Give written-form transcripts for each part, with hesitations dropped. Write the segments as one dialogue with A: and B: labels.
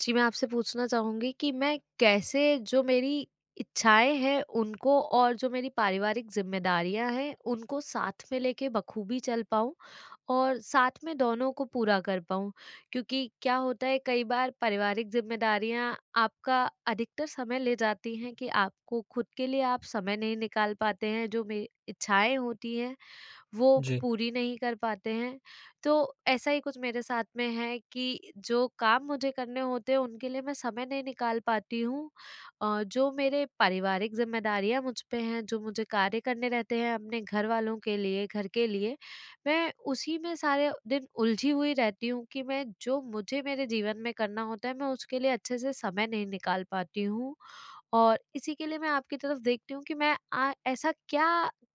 A: जी, मैं आपसे पूछना चाहूँगी कि मैं कैसे जो मेरी इच्छाएँ हैं उनको और जो मेरी पारिवारिक ज़िम्मेदारियाँ हैं उनको साथ में लेके बखूबी चल पाऊँ और साथ में दोनों को पूरा कर पाऊँ। क्योंकि क्या होता है, कई बार पारिवारिक ज़िम्मेदारियाँ आपका अधिकतर समय ले जाती हैं कि आपको खुद के लिए आप समय नहीं निकाल पाते हैं, जो मे इच्छाएँ होती हैं वो
B: जी।
A: पूरी नहीं कर पाते हैं। तो ऐसा ही कुछ मेरे साथ में है कि जो काम मुझे करने होते हैं उनके लिए मैं समय नहीं निकाल पाती हूँ। जो मेरे पारिवारिक ज़िम्मेदारियाँ मुझ पे हैं, जो मुझे कार्य करने रहते हैं अपने घरवालों के लिए, घर के लिए, मैं उसी में सारे दिन उलझी हुई रहती हूँ कि मैं जो मुझे मेरे जीवन में करना होता है मैं उसके लिए अच्छे से समय नहीं निकाल पाती हूँ। और इसी के लिए मैं आपकी तरफ देखती हूँ कि मैं ऐसा क्या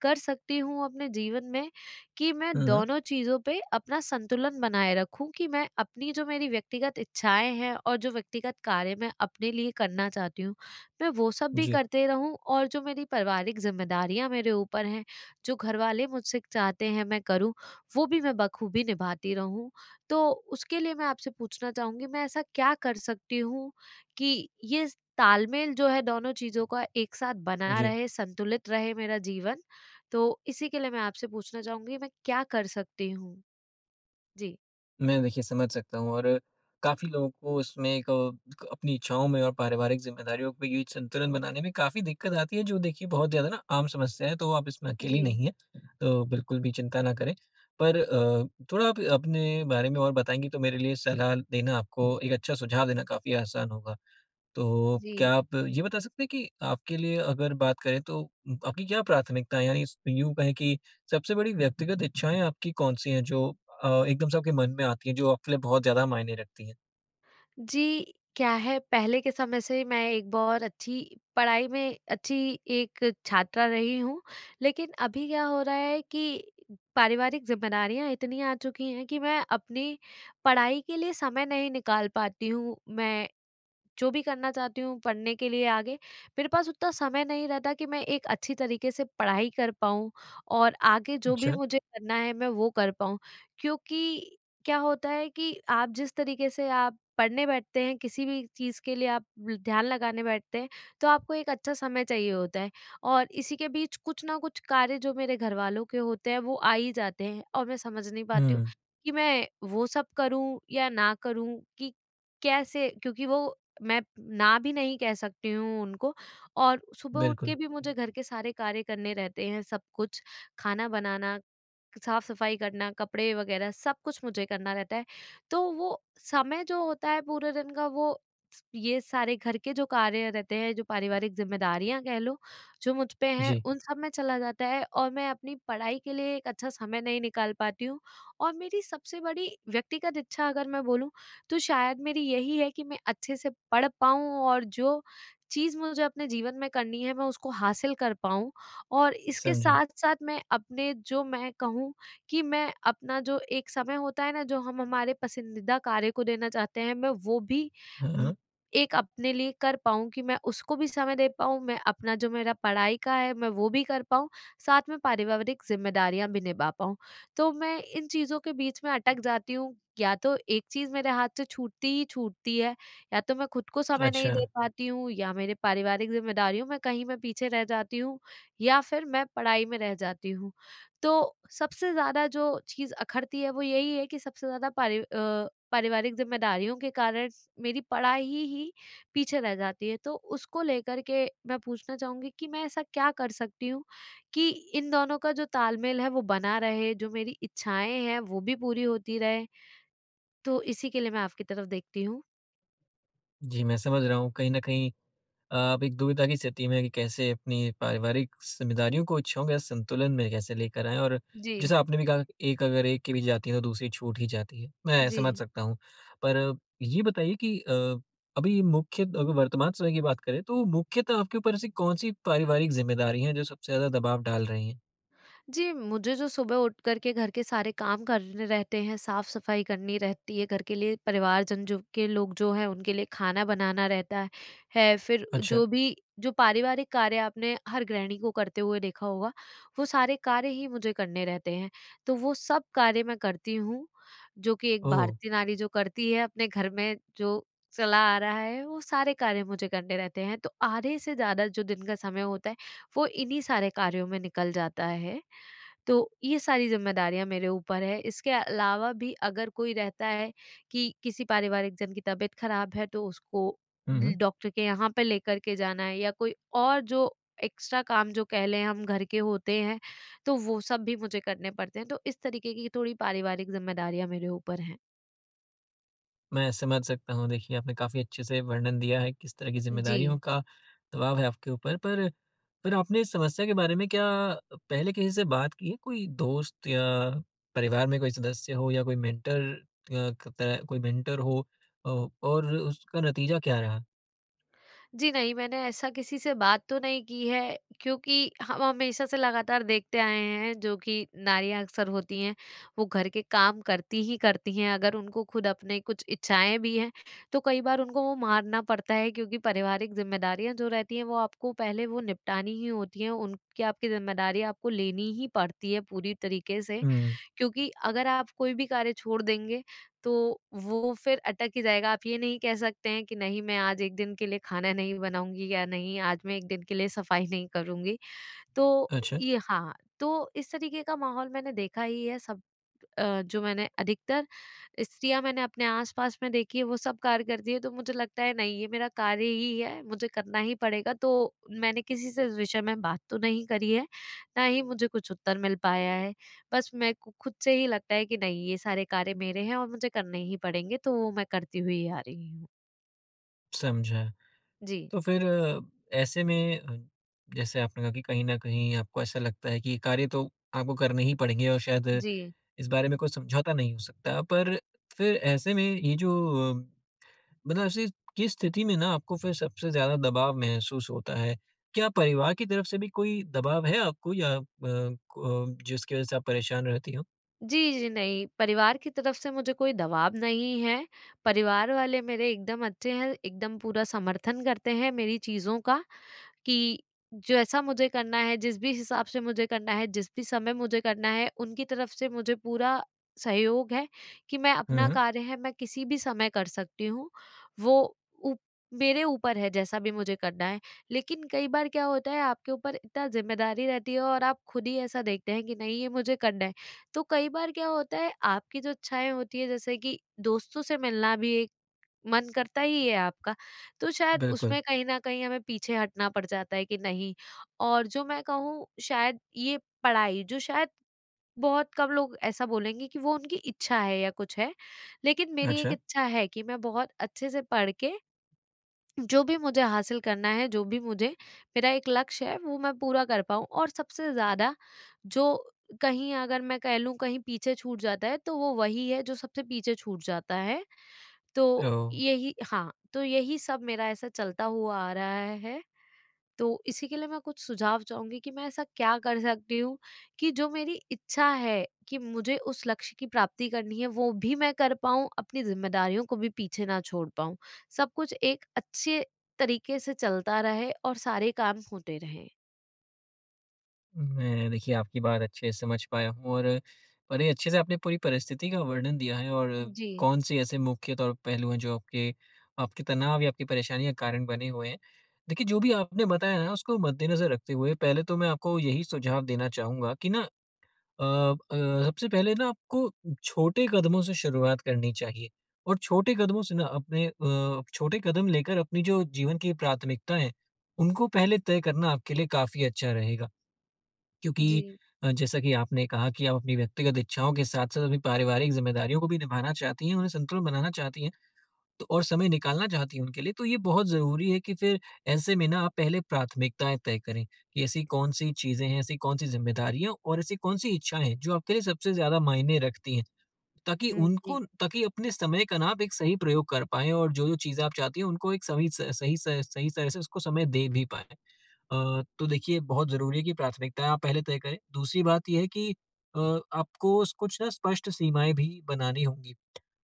A: कर सकती हूँ अपने जीवन में कि मैं
B: हुँ, हुँ।
A: दोनों चीज़ों पे अपना संतुलन बनाए रखूं, कि मैं अपनी जो मेरी व्यक्तिगत इच्छाएं हैं और जो व्यक्तिगत कार्य मैं अपने लिए करना चाहती हूँ मैं वो सब भी
B: जी,
A: करते रहूं, और जो मेरी पारिवारिक जिम्मेदारियां मेरे ऊपर हैं, जो घर वाले मुझसे चाहते हैं मैं करूं, वो भी मैं बखूबी निभाती रहूं। तो उसके लिए मैं आपसे पूछना चाहूंगी, मैं ऐसा क्या कर सकती हूँ कि ये तालमेल जो है दोनों चीज़ों का एक साथ बना
B: जी।
A: रहे, संतुलित रहे मेरा जीवन। तो इसी के लिए मैं आपसे पूछना चाहूँगी, मैं क्या कर सकती हूँ? जी।
B: मैं देखिए समझ सकता हूँ और काफ़ी लोगों को इसमें एक अपनी इच्छाओं में और पारिवारिक ज़िम्मेदारियों के बीच संतुलन बनाने में काफ़ी दिक्कत आती है, जो देखिए बहुत ज़्यादा ना आम समस्या है, तो आप इसमें अकेली
A: जी।
B: नहीं हैं। तो बिल्कुल भी चिंता ना करें। पर थोड़ा आप अपने बारे में और बताएँगी तो मेरे लिए सलाह देना आपको एक अच्छा सुझाव देना काफ़ी आसान होगा। तो
A: जी।
B: क्या आप ये बता सकते हैं कि आपके लिए अगर बात करें तो आपकी क्या प्राथमिकता है? यानी यूँ कहें कि सबसे बड़ी व्यक्तिगत इच्छाएँ आपकी कौन-सी हैं जो एकदम से आपके मन में आती हैं, जो आपके लिए बहुत ज़्यादा मायने रखती हैं?
A: जी, क्या है, पहले के समय से मैं एक बहुत अच्छी, पढ़ाई में अच्छी, एक छात्रा रही हूँ। लेकिन अभी क्या हो रहा है कि पारिवारिक ज़िम्मेदारियाँ इतनी आ चुकी हैं कि मैं अपनी पढ़ाई के लिए समय नहीं निकाल पाती हूँ। मैं जो भी करना चाहती हूँ पढ़ने के लिए आगे, मेरे पास उतना समय नहीं रहता कि मैं एक अच्छी तरीके से पढ़ाई कर पाऊँ और आगे जो भी
B: अच्छा।
A: मुझे करना है मैं वो कर पाऊँ। क्योंकि क्या होता है कि आप जिस तरीके से आप पढ़ने बैठते हैं, किसी भी चीज़ के लिए आप ध्यान लगाने बैठते हैं, तो आपको एक अच्छा समय चाहिए होता है, और इसी के बीच कुछ ना कुछ कार्य जो मेरे घरवालों के होते हैं, वो आ ही जाते हैं और मैं समझ नहीं पाती हूँ
B: हुँ।
A: कि मैं वो सब करूँ या ना करूँ, कि कैसे, क्योंकि वो मैं ना भी नहीं कह सकती हूँ उनको। और सुबह उठ के
B: बिल्कुल।
A: भी मुझे घर के सारे कार्य करने रहते हैं, सब कुछ, खाना बनाना, साफ सफाई करना, कपड़े वगैरह सब कुछ मुझे करना रहता है। तो वो समय जो होता है पूरे दिन का, वो स ये सारे घर के जो कार्य रहते हैं, जो पारिवारिक ज़िम्मेदारियाँ कह लो, जो मुझ पे हैं,
B: जी।
A: उन सब में चला जाता है, और मैं अपनी पढ़ाई के लिए एक अच्छा समय नहीं निकाल पाती हूँ। और मेरी सबसे बड़ी व्यक्तिगत इच्छा अगर मैं बोलूँ, तो शायद मेरी यही है कि मैं अच्छे से पढ़ पाऊँ और जो चीज़ मुझे अपने जीवन में करनी है, मैं उसको हासिल कर पाऊँ। और इसके
B: समझा।
A: साथ-साथ मैं अपने, जो मैं कहूँ कि मैं अपना जो एक समय होता है ना, जो हम हमारे पसंदीदा कार्य को देना चाहते हैं, मैं वो भी
B: हाँ,
A: उम,
B: हाँ।
A: एक अपने लिए कर पाऊँ, कि मैं उसको भी समय दे पाऊँ, मैं अपना जो मेरा पढ़ाई का है, मैं वो भी कर पाऊँ, साथ में पारिवारिक ज़िम्मेदारियाँ भी निभा पाऊँ। तो मैं इन चीज़ों के बीच में अटक जाती हूँ, या तो एक चीज़ मेरे हाथ से छूटती ही छूटती है, या तो मैं खुद को समय नहीं
B: अच्छा।
A: दे पाती हूँ, या मेरे पारिवारिक ज़िम्मेदारियों में कहीं मैं पीछे रह जाती हूँ, या फिर मैं पढ़ाई में रह जाती हूँ। तो सबसे ज़्यादा जो चीज़ अखरती है वो यही है कि सबसे ज़्यादा पारिवारिक ज़िम्मेदारियों के कारण मेरी पढ़ाई ही पीछे रह जाती है। तो उसको लेकर के मैं पूछना चाहूँगी कि मैं ऐसा क्या कर सकती हूँ कि इन दोनों का जो तालमेल है वो बना रहे, जो मेरी इच्छाएँ हैं वो भी पूरी होती रहे? तो इसी के लिए मैं आपकी तरफ देखती हूँ।
B: जी, मैं समझ रहा हूँ। कहीं न कहीं आप एक दुविधा की स्थिति में हैं कि कैसे अपनी पारिवारिक ज़िम्मेदारियों को इच्छाओं के संतुलन में कैसे लेकर आएँ और
A: जी,
B: जैसा आपने भी कहा कि एक अगर एक की भी जाती है तो दूसरी छूट ही जाती है। मैं
A: जी।
B: समझ सकता हूँ। पर ये बताइए कि अभी मुख्य अगर वर्तमान समय की बात करें तो मुख्यतः आपके ऊपर ऐसी कौन-सी पारिवारिक ज़िम्मेदारी हैं जो सबसे ज़्यादा दबाव डाल रही हैं?
A: जी, मुझे जो सुबह उठ कर के घर के सारे काम करने रहते हैं, साफ़-सफ़ाई करनी रहती है, घर के लिए परिवारजन जो के लोग जो हैं, उनके लिए खाना बनाना रहता है, फिर
B: अच्छा।
A: जो भी जो पारिवारिक कार्य आपने हर गृहिणी को करते हुए देखा होगा, वो सारे कार्य ही मुझे करने रहते हैं। तो वो सब कार्य मैं करती हूँ, जो कि एक
B: ओह!
A: भारतीय नारी जो करती है अपने घर में, जो चला आ रहा है, वो सारे कार्य मुझे करने रहते हैं। तो आधे से ज़्यादा जो दिन का समय होता है, वो इन्हीं सारे कार्यों में निकल जाता है। तो ये सारी ज़िम्मेदारियाँ मेरे ऊपर है। इसके अलावा भी अगर कोई रहता है, कि किसी पारिवारिक जन की तबीयत ख़राब है तो उसको
B: हुँ, हुँ।
A: डॉक्टर के यहाँ पे लेकर के जाना है, या कोई और जो एक्स्ट्रा काम जो कह लें हम घर के होते हैं, तो वो सब भी मुझे करने पड़ते हैं। तो इस तरीके की थोड़ी पारिवारिक ज़िम्मेदारियाँ मेरे ऊपर हैं।
B: मैं समझ सकता हूँ। देखिए, आपने काफ़ी अच्छे से वर्णन दिया है, किस तरह की
A: जी।
B: ज़िम्मेदारियों का दबाव है आपके ऊपर। पर आपने इस समस्या के बारे में क्या पहले किसी से बात की है? कोई दोस्त या परिवार में कोई सदस्य हो या कोई मेंटर हो, अ, और उसका नतीजा क्या रहा?
A: जी नहीं, मैंने ऐसा किसी से बात तो नहीं की है, क्योंकि हम हमेशा से लगातार देखते आए हैं जो कि नारियाँ अक्सर होती हैं, वो घर के काम करती ही करती हैं। अगर उनको खुद अपने कुछ इच्छाएँ भी हैं, तो कई बार उनको वो मारना पड़ता है, क्योंकि पारिवारिक ज़िम्मेदारियाँ जो रहती हैं, वो आपको पहले वो निपटानी ही होती हैं, उनकी आपकी ज़िम्मेदारी आपको लेनी ही पड़ती है पूरी तरीके से।
B: हुँ,
A: क्योंकि अगर आप कोई भी कार्य छोड़ देंगे तो वो फिर अटक ही जाएगा। आप ये नहीं कह सकते हैं कि नहीं, मैं आज एक दिन के लिए खाना नहीं बनाऊँगी, या नहीं आज मैं एक दिन के लिए सफाई नहीं करूँगी। तो
B: अच्छा,
A: ये, हाँ, तो इस तरीके का माहौल मैंने देखा ही है, सब जो मैंने अधिकतर स्त्रियाँ मैंने अपने आस-पास में देखी है वो सब कार्य करती है, तो मुझे लगता है नहीं ये मेरा कार्य ही है, मुझे करना ही पड़ेगा, तो मैंने किसी से इस विषय में बात तो नहीं करी है, ना ही मुझे कुछ उत्तर मिल पाया है। बस मैं को खुद से ही लगता है कि नहीं, ये सारे कार्य मेरे हैं और मुझे करने ही पड़ेंगे, तो वो मैं करती हुई आ रही हूँ।
B: समझा।
A: जी,
B: तो फिर ऐसे में जैसे आपने कहा कि कहीं न कहीं आपको ऐसा लगता है कि ये कार्य तो आपको करने ही पड़ेंगे और शायद
A: जी।
B: इस बारे में कोई समझौता नहीं हो सकता। पर फिर ऐसे में ये जो अ, मतलब ऐसी किस स्थिति में ना आपको फिर सबसे ज़्यादा दबाव महसूस होता है? क्या परिवार की तरफ से भी कोई दबाव है आपको या अ, को जिसकी वज़ह से आप परेशान रहती हो?
A: जी, जी, नहीं, परिवार की तरफ से मुझे कोई दबाव नहीं है, परिवार वाले मेरे एकदम अच्छे हैं, एकदम पूरा समर्थन करते हैं मेरी चीज़ों का, कि जैसा मुझे करना है, जिस भी हिसाब से मुझे करना है, जिस भी समय मुझे करना है, उनकी तरफ से मुझे पूरा सहयोग है, कि मैं
B: हुँ,
A: अपना
B: हुँ।
A: कार्य है, मैं किसी भी समय कर सकती हूँ। वो उ मेरे ऊपर है जैसा भी मुझे करना है। लेकिन कई बार क्या होता है, आपके ऊपर इतना ज़िम्मेदारी रहती है और आप खुद ही ऐसा देखते हैं कि नहीं, ये मुझे करना है। तो कई बार क्या होता है, आपकी जो इच्छाएँ होती है, जैसे कि दोस्तों से मिलना भी एक मन करता ही है आपका, तो शायद
B: बिल्कुल।
A: उसमें कहीं न कहीं हमें पीछे हटना पड़ जाता है कि नहीं। और जो मैं कहूँ, शायद ये पढ़ाई जो, शायद बहुत कम लोग ऐसा बोलेंगे कि वो उनकी इच्छा है या कुछ है, लेकिन मेरी एक
B: अच्छा।
A: इच्छा है कि मैं बहुत अच्छे से पढ़ के, जो भी मुझे हासिल करना है, जो भी मुझे, मेरा एक लक्ष्य है वो मैं पूरा कर पाऊँ। और सबसे ज़्यादा जो, कहीं अगर मैं कह लूँ कहीं पीछे छूट जाता है, तो वो वही है जो सबसे पीछे छूट जाता है। तो
B: ओह!
A: यही, हाँ, तो यही सब मेरा ऐसा चलता हुआ आ रहा है। तो इसी के लिए मैं कुछ सुझाव चाहूँगी कि मैं ऐसा क्या कर सकती हूँ कि जो मेरी इच्छा है कि मुझे उस लक्ष्य की प्राप्ति करनी है वो भी मैं कर पाऊँ, अपनी ज़िम्मेदारियों को भी पीछे ना छोड़ पाऊँ। सब कुछ एक अच्छे तरीके से चलता रहे और सारे काम होते रहें।
B: मैं देखिए आपकी बात अच्छे से समझ पाया हूँ और बड़े अच्छे से आपने पूरी परिस्थिति का वर्णन दिया है और
A: जी,
B: कौन से ऐसे मुख्य तौर पहलू हैं जो आपके आपके तनाव या आपकी परेशानी का कारण बने हुए हैं। देखिए जो भी आपने बताया ना उसको मद्देनज़र रखते हुए पहले तो मैं आपको यही सुझाव देना चाहूँगा कि ना सबसे पहले ना आपको छोटे कदमों से शुरुआत करनी चाहिए और छोटे कदमों से ना अपने छोटे कदम लेकर अपनी जो जीवन की प्राथमिकताएँ हैं, उनको पहले तय करना आपके लिए काफ़ी अच्छा रहेगा।
A: जी।
B: क्योंकि जैसा कि आपने कहा कि आप अपनी व्यक्तिगत इच्छाओं के साथ-साथ अपनी पारिवारिक ज़िम्मेदारियों को भी निभाना चाहती हैं, उन्हें संतुलन बनाना चाहती हैं तो और समय निकालना चाहती हैं उनके लिए, तो ये बहुत ज़रूरी है कि फिर ऐसे में ना आप पहले प्राथमिकताएँ तय करें कि ऐसी कौन-सी चीज़ें हैं, ऐसी कौन-सी ज़िम्मेदारियाँ और ऐसी कौन-सी इच्छाएँ हैं, जो आपके लिए सबसे ज़्यादा मायने रखती हैं। ताकि
A: हुँ, जी।
B: उनको ताकि अपने समय का ना आप एक सही प्रयोग कर पाएँ और जो-जो चीज़ें आप चाहती हैं उनको एक सही तरह से उसको समय दे भी पाएँ। तो देखिए बहुत ज़रूरी है कि प्राथमिकताएँ आप पहले तय करें। दूसरी बात ये है कि अ, आपको स कुछ ना स्पष्ट सीमाएँ भी बनानी होंगी।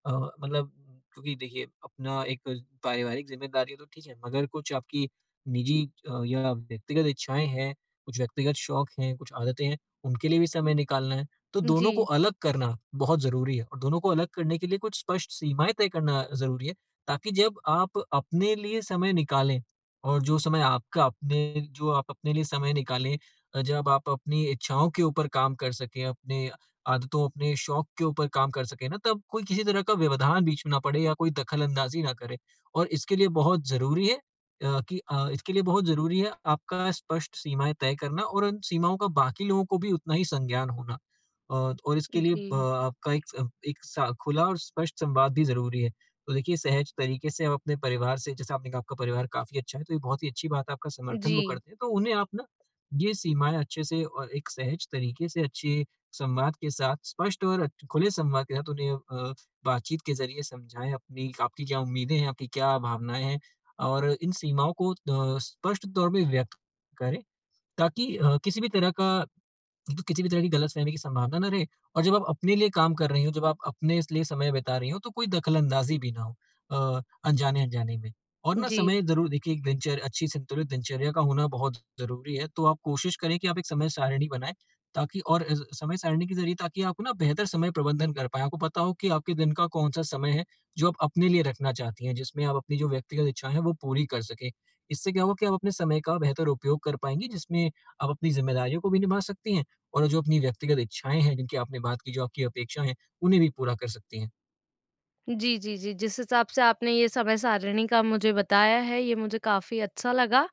B: अ, मतलब क्योंकि देखिए अपना एक पारिवारिक ज़िम्मेदारी है तो ठीक है, मगर कुछ आपकी निजी या व्यक्तिगत इच्छाएँ हैं, कुछ व्यक्तिगत शौक हैं, कुछ आदतें हैं, उनके लिए भी समय निकालना है। तो
A: जी,
B: दोनों को अलग करना बहुत ज़रूरी है और दोनों को अलग करने के लिए कुछ स्पष्ट सीमाएँ तय करना ज़रूरी है, ताकि जब आप अपने लिए समय निकालें और जो समय आपका अपने जो आप अपने लिए समय निकालें, जब आप अपनी इच्छाओं के ऊपर काम कर सकें, अपने आदतों, अपने शौक के ऊपर काम कर सकें ना, तब कोई किसी तरह का व्यवधान बीच में ना पड़े या कोई दखल-अंदाज़ी ना करे। और इसके लिए बहुत ज़रूरी है कि इसके लिए बहुत ज़रूरी है आपका स्पष्ट सीमाएँ तय करना और उन सीमाओं का बाकी लोगों को भी उतना ही संज्ञान होना। अ, और इसके लिए ब
A: जी,
B: आपका एक सा खुला और स्पष्ट संवाद भी ज़रूरी है। तो देखिए सहज तरीके से आप अपने परिवार से जैसे आपने कहा आपका परिवार काफ़ी अच्छा है, तो ये बहुत ही अच्छी बात है, आपका समर्थन वो
A: जी,
B: करते हैं। तो उन्हें आप ना ये सीमाएँ अच्छे से और एक सहज तरीके से अच्छे संवाद के साथ स्पष्ट और अच्छ खुले संवाद के साथ उन्हें बातचीत के ज़रिए समझाएँ अपनी आपकी क्या उम्मीदें हैं, आपकी क्या भावनाएँ हैं और इन सीमाओं को स्पष्ट तौर पे व्यक्त करें ताकि किसी भी तरह का तो किसी भी तरह की गलतफ़हमी की संभावना ना रहे और जब आप अपने लिए काम कर रही हो, जब आप अपने इस लिए समय बिता रही हो, तो कोई दखल-अंदाज़ी भी ना हो अ, अनजाने-अनजाने में। और ना
A: जी।
B: समय ज़रूर देखिए एक दिनचर अच्छी संतुलित दिनचर्या का होना बहुत ज़रूरी है, तो आप कोशिश करें कि आप एक समय सारिणी बनाएँ ताकि और समय सारिणी के ज़रिए ताकि आप ना बेहतर समय प्रबंधन कर पाएँ। आपको पता हो कि आपके दिन का कौन-सा समय है, जो आप अपने लिए रखना चाहती हैं, जिसमें आप अपनी जो व्यक्तिगत इच्छाएँ हैं, वो पूरी कर सकें। इससे क्या होगा कि आप अपने समय का बेहतर उपयोग कर पाएँगी, जिसमें आप अपनी ज़िम्मेदारियों को भी निभा सकती हैं और जो अपनी व्यक्तिगत इच्छाएँ हैं, जिनकी आपने बात की, जो आपकी अपेक्षा हैं, उन्हें भी पूरा कर सकती हैं।
A: जी, जी, जी। जिस हिसाब से आपने ये समय सारिणी का मुझे बताया है, ये मुझे काफ़ी अच्छा लगा,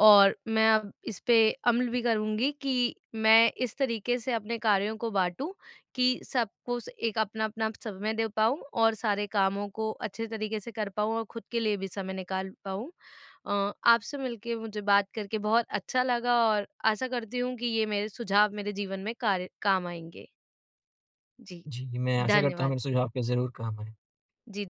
A: और मैं अब इस पे अमल भी करूँगी कि मैं इस तरीके से अपने कार्यों को बाँटूँ कि सबको स एक अपना-अपना समय दे पाऊँ और सारे कामों को अच्छे तरीके से कर पाऊँ और खुद के लिए भी समय निकाल पाऊँ। आपसे मिलके मुझे बात करके बहुत अच्छा लगा, और आशा करती हूँ कि ये मेरे सुझाव मेरे जीवन में कार्य काम आएँगे। जी,
B: जी, मैं आशा करता हूँ
A: धन्यवाद।
B: मेरे सुझाव आपके ज़रूर काम आएँ।
A: जी।